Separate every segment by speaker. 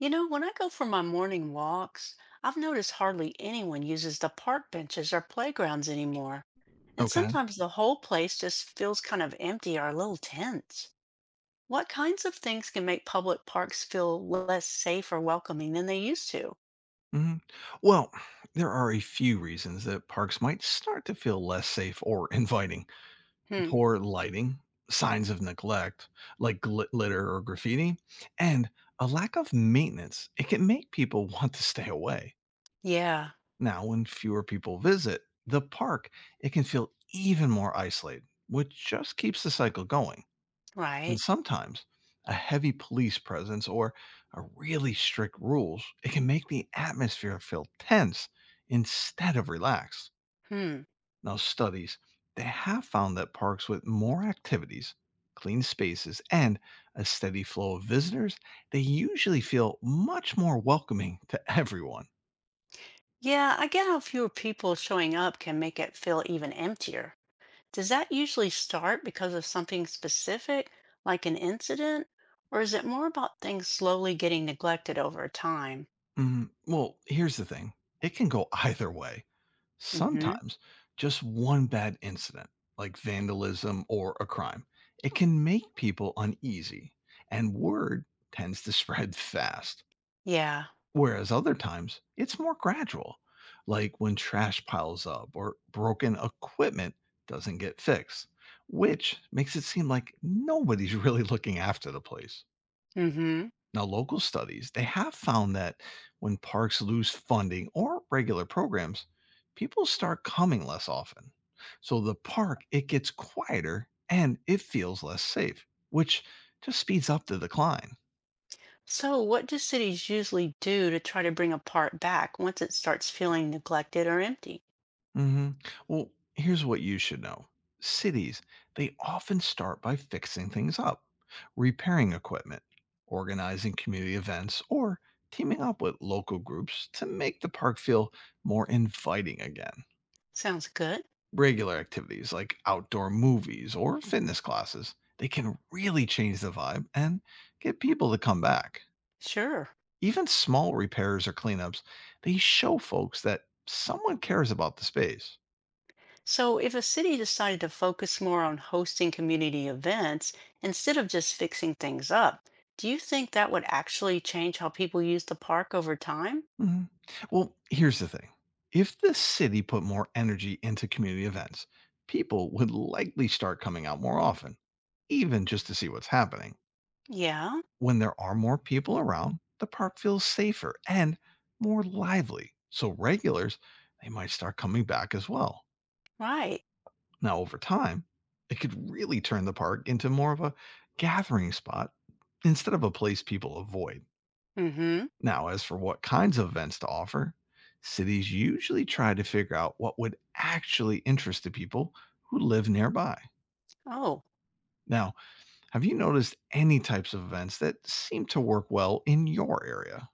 Speaker 1: You know, when I go for my morning walks, I've noticed hardly anyone uses the park benches or playgrounds anymore, and
Speaker 2: Okay.
Speaker 1: sometimes the whole place just feels kind of empty or a little tense. What kinds of things can make public parks feel less safe or welcoming than they used to?
Speaker 2: hmm Well, there are a few reasons that parks might start to feel less safe or inviting:
Speaker 1: Hmm.
Speaker 2: poor lighting, signs of neglect, like litter or graffiti, and a lack of maintenance. It can make people want to stay away.
Speaker 1: Yeah,
Speaker 2: Now, when fewer people visit the park, it can feel even more isolated, which just keeps the cycle going. And
Speaker 1: right.
Speaker 2: sometimes a heavy police presence or a really strict rules, it can make the atmosphere feel tense instead of relaxed.
Speaker 1: Hmm.
Speaker 2: Now, studies they have found that parks with more activities, clean spaces, and a steady flow of visitors, they usually feel much more welcoming to everyone.
Speaker 1: Yeah, I get how fewer people showing up can make it feel even emptier. Does that usually start because of something specific, like an incident, or is it more about things slowly getting neglected over time?
Speaker 2: Well, here's the thing. It can go either way.
Speaker 1: Hmm.
Speaker 2: Sometimes just one bad incident, like vandalism or a crime, it can make people uneasy, and word tends to spread fast.
Speaker 1: Yeah.
Speaker 2: Whereas other times, it's more gradual, like when trash piles up or broken equipment doesn't get fixed, which makes it seem like nobody's really looking after the place.
Speaker 1: Hmm.
Speaker 2: Now, local studies, they have found that when parks lose funding or regular programs, people start coming less often. So the park, it gets quieter and it feels less safe, which just speeds up the decline.
Speaker 1: So, what do cities usually do to try to bring a park back once it starts feeling neglected or empty?
Speaker 2: hmm Well, here's what you should know. Cities, they often start by fixing things up, repairing equipment, organizing community events, or teaming up with local groups to make the park feel more inviting again.
Speaker 1: Sounds good.
Speaker 2: Regular activities like outdoor movies or fitness classes, they can really change the vibe and get people to come back.
Speaker 1: Sure.
Speaker 2: Even small repairs or cleanups, they show folks that someone cares about the space.
Speaker 1: So, if a city decided to focus more on hosting community events instead of just fixing things up, do you think that would actually change how people use the park over time?
Speaker 2: Mhm. Well, here's the thing: if the city put more energy into community events, people would likely start coming out more often, even just to see what's happening.
Speaker 1: Yeah.
Speaker 2: When there are more people around, the park feels safer and more lively. So regulars, they might start coming back as well.
Speaker 1: Right.
Speaker 2: Now, over time, it could really turn the park into more of a gathering spot instead of a place people avoid.
Speaker 1: Mm-hmm.
Speaker 2: Now, as for what kinds of events to offer, cities usually try to figure out what would actually interest the people who live nearby.
Speaker 1: Oh,
Speaker 2: Now, have you noticed any types of events that seem to work well in your area?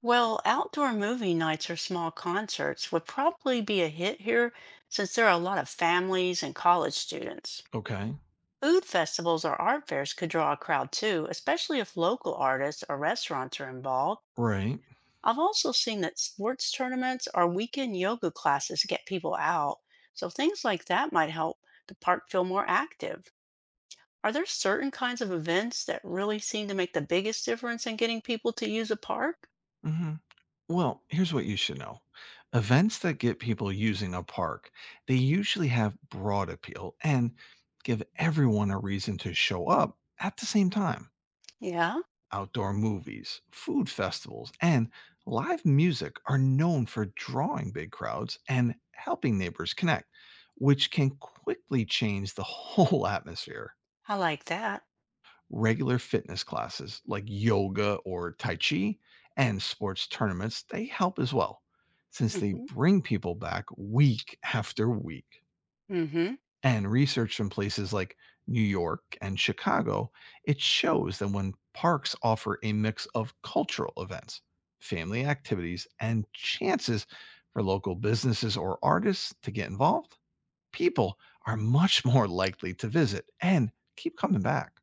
Speaker 1: well, outdoor movie nights or small concerts would probably be a hit here since there are a lot of families and college students.
Speaker 2: Okay.
Speaker 1: Food festivals or art fairs could draw a crowd too, especially if local artists or restaurants are involved.
Speaker 2: Right.
Speaker 1: I've also seen that sports tournaments or weekend yoga classes get people out, so things like that might help the park feel more active. Are there certain kinds of events that really seem to make the biggest difference in getting people to use a park?
Speaker 2: hmm Well, here's what you should know. Events that get people using a park, they usually have broad appeal and give everyone a reason to show up at the same time.
Speaker 1: Yeah,
Speaker 2: Outdoor movies, food festivals, and live music are known for drawing big crowds and helping neighbors connect, which can quickly change the whole atmosphere.
Speaker 1: I like that.
Speaker 2: Regular fitness classes like yoga or tai chi and sports tournaments, they help as well, since they
Speaker 1: Hmm.
Speaker 2: bring people back week after week.
Speaker 1: Hmm.
Speaker 2: And research from places like New York and Chicago, it shows that when parks offer a mix of cultural events, family activities, and chances for local businesses or artists to get involved, people are much more likely to visit and keep coming back.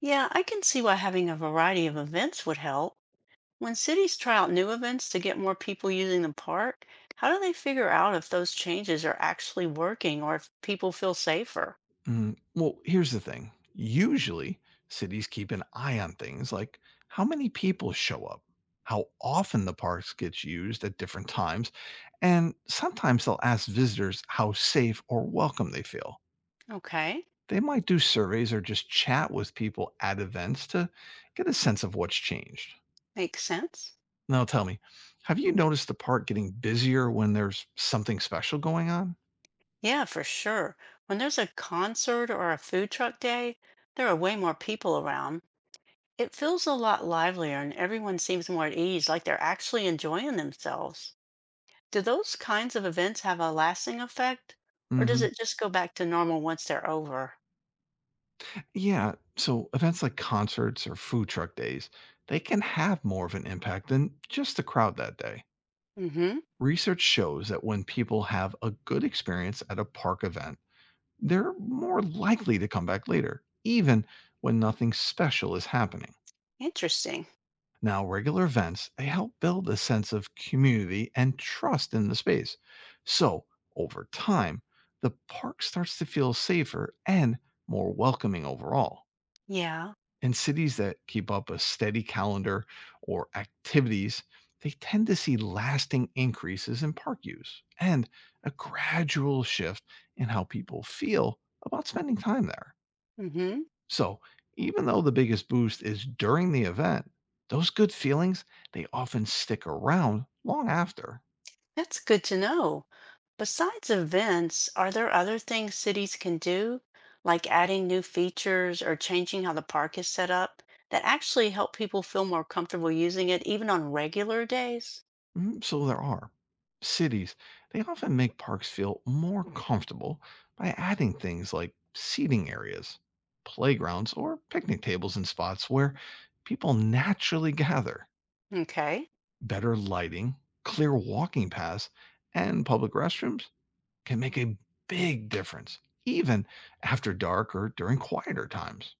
Speaker 1: Yeah, I can see why having a variety of events would help. When cities try out new events to get more people using the park, how do they figure out if those changes are actually working or if people feel safer?
Speaker 2: Well, here's the thing. Usually, cities keep an eye on things like how many people show up, how often the parks gets used at different times, and sometimes they'll ask visitors how safe or welcome they feel.
Speaker 1: Okay,
Speaker 2: They might do surveys or just chat with people at events to get a sense of what's changed.
Speaker 1: makes sense.
Speaker 2: Now tell me, have you noticed the park getting busier when there's something special going on?
Speaker 1: Yeah, for sure. When there's a concert or a food truck day, there are way more people around. It feels a lot livelier and everyone seems more at ease, like they're actually enjoying themselves. Do those kinds of events have a lasting effect, or does
Speaker 2: hmm
Speaker 1: it just go back to normal once they're over?
Speaker 2: Yeah. So events like concerts or food truck days, they can have more of an impact than just the crowd that day.
Speaker 1: Mhm.
Speaker 2: Research shows that when people have a good experience at a park event, they're more likely to come back later, even when nothing special is happening.
Speaker 1: Interesting.
Speaker 2: Now, regular events, they help build a sense of community and trust in the space. So, over time, the park starts to feel safer and more welcoming overall.
Speaker 1: Yeah.
Speaker 2: In cities that keep up a steady calendar or activities, they tend to see lasting increases in park use and a gradual shift in how people feel about spending time there.
Speaker 1: Mhm.
Speaker 2: So, even though the biggest boost is during the event, those good feelings, they often stick around long after.
Speaker 1: That's good to know. Besides events, are there other things cities can do, like adding new features or changing how the park is set up, that actually help people feel more comfortable using it even on regular days?
Speaker 2: So there are. Cities, they often make parks feel more comfortable by adding things like seating areas, playgrounds, or picnic tables in spots where people naturally gather.
Speaker 1: Okay.
Speaker 2: Better lighting, clear walking paths, and public restrooms can make a big difference, even after dark or during quieter times.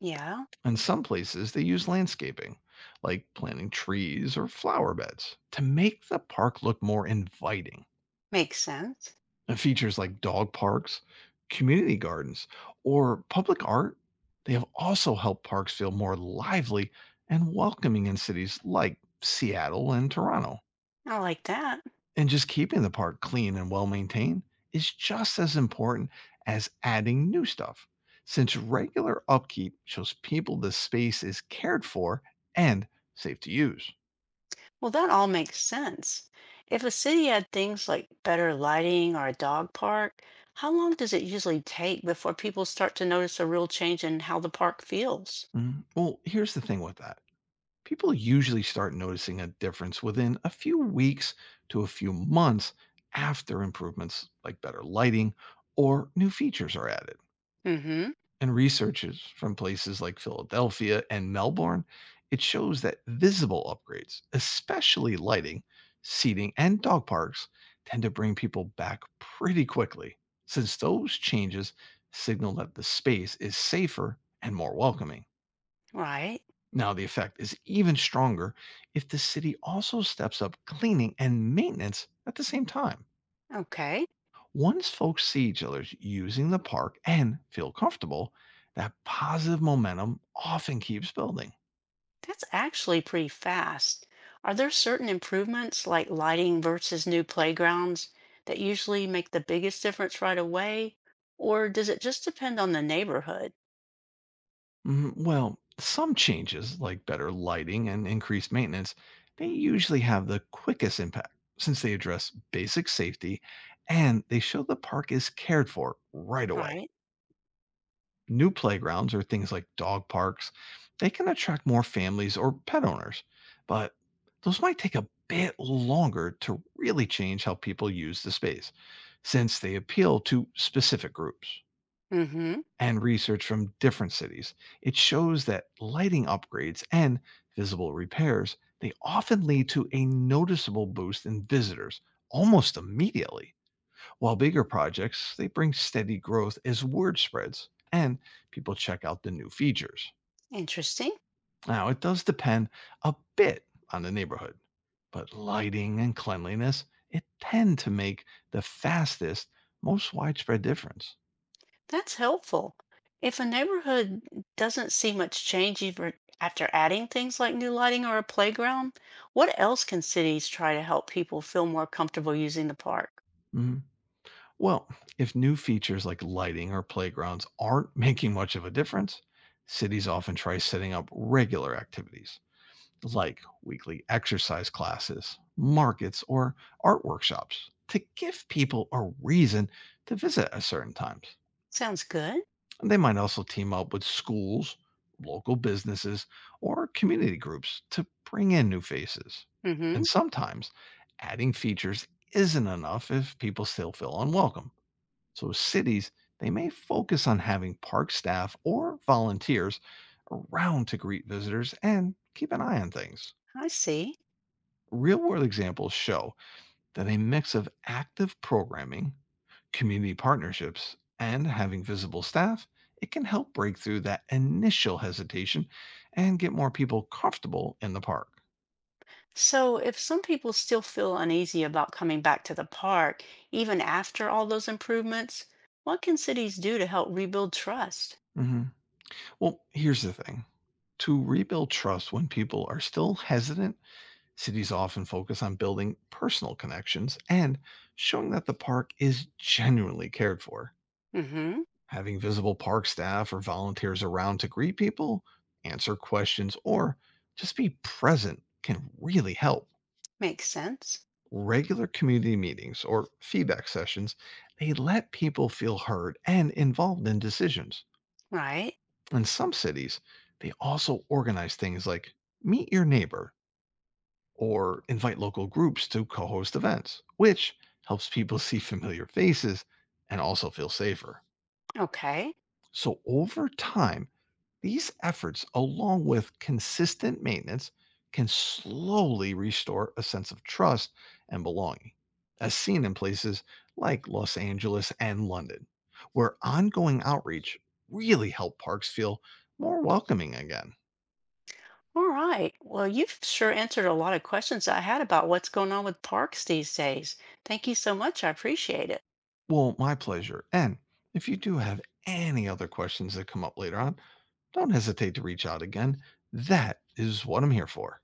Speaker 1: Yeah.
Speaker 2: In some places, they use landscaping, like planting trees or flower beds, to make the park look more inviting.
Speaker 1: Makes sense.
Speaker 2: And features like dog parks, community gardens, or public art, they have also helped parks feel more lively and welcoming in cities like Seattle and Toronto.
Speaker 1: I like that.
Speaker 2: And just keeping the park clean and well maintained is just as important as adding new stuff, since regular upkeep shows people the space is cared for and safe to use.
Speaker 1: Well, that all makes sense. If a city had things like better lighting or a dog park, how long does it usually take before people start to notice a real change in how the park feels?
Speaker 2: Mhm. Well, here's the thing with that: people usually start noticing a difference within a few weeks to a few months after improvements like better lighting or new features are added.
Speaker 1: Mm-hmm.
Speaker 2: And researchers from places like Philadelphia and Melbourne, it shows that visible upgrades, especially lighting, seating, and dog parks, tend to bring people back pretty quickly, since those changes signal that the space is safer and more welcoming.
Speaker 1: Right.
Speaker 2: Now, the effect is even stronger if the city also steps up cleaning and maintenance at the same time.
Speaker 1: Okay.
Speaker 2: Once folks see each other using the park and feel comfortable, that positive momentum often keeps building.
Speaker 1: That's actually pretty fast. Are there certain improvements like lighting versus new playgrounds that usually make the biggest difference right away? Or does it just depend on the neighborhood?
Speaker 2: Well, some changes, like better lighting and increased maintenance, they usually have the quickest impact since they address basic safety and they show the park is cared for right away.
Speaker 1: Right.
Speaker 2: New playgrounds or things like dog parks, they can attract more families or pet owners, but those might take a bit longer to really change how people use the space since they appeal to specific groups.
Speaker 1: Mm-hmm.
Speaker 2: And research from different cities, it shows that lighting upgrades and visible repairs, they often lead to a noticeable boost in visitors almost immediately. While bigger projects, they bring steady growth as word spreads and people check out the new features.
Speaker 1: Interesting.
Speaker 2: Now, it does depend a bit on the neighborhood, but lighting and cleanliness, it tend to make the fastest, most widespread difference.
Speaker 1: That's helpful. If a neighborhood doesn't see much change even after adding things like new lighting or a playground, what else can cities try to help people feel more comfortable using the park?
Speaker 2: Mhm. Well, if new features like lighting or playgrounds aren't making much of a difference, cities often try setting up regular activities like weekly exercise classes, markets, or art workshops to give people a reason to visit at certain times.
Speaker 1: Sounds good.
Speaker 2: And they might also team up with schools, local businesses, or community groups to bring in new faces. And
Speaker 1: Mm-hmm.
Speaker 2: sometimes adding features isn't enough if people still feel unwelcome. So cities, they may focus on having park staff or volunteers around to greet visitors and keep an eye on things.
Speaker 1: I see.
Speaker 2: Real world examples show that a mix of active programming, community partnerships, and having visible staff, it can help break through that initial hesitation and get more people comfortable in the park.
Speaker 1: So if some people still feel uneasy about coming back to the park, even after all those improvements, what can cities do to help rebuild trust?
Speaker 2: Mhm. Well, here's the thing: to rebuild trust when people are still hesitant, cities often focus on building personal connections and showing that the park is genuinely cared for.
Speaker 1: Mm-hmm.
Speaker 2: Having visible park staff or volunteers around to greet people, answer questions, or just be present can really help.
Speaker 1: Makes sense.
Speaker 2: Regular community meetings or feedback sessions, they let people feel heard and involved in decisions.
Speaker 1: Right.
Speaker 2: In some cities, they also organize things like meet your neighbor or invite local groups to co host events, which helps people see familiar faces and also feel safer.
Speaker 1: Okay.
Speaker 2: So over time, these efforts, along with consistent maintenance, can slowly restore a sense of trust and belonging, as seen in places like Los Angeles and London, where ongoing outreach really help parks feel more welcoming again.
Speaker 1: All right. Well, you've sure answered a lot of questions I had about what's going on with parks these days. Thank you so much. I appreciate it.
Speaker 2: Well, my pleasure. And if you do have any other questions that come up later on, don't hesitate to reach out again. That is what I'm here for.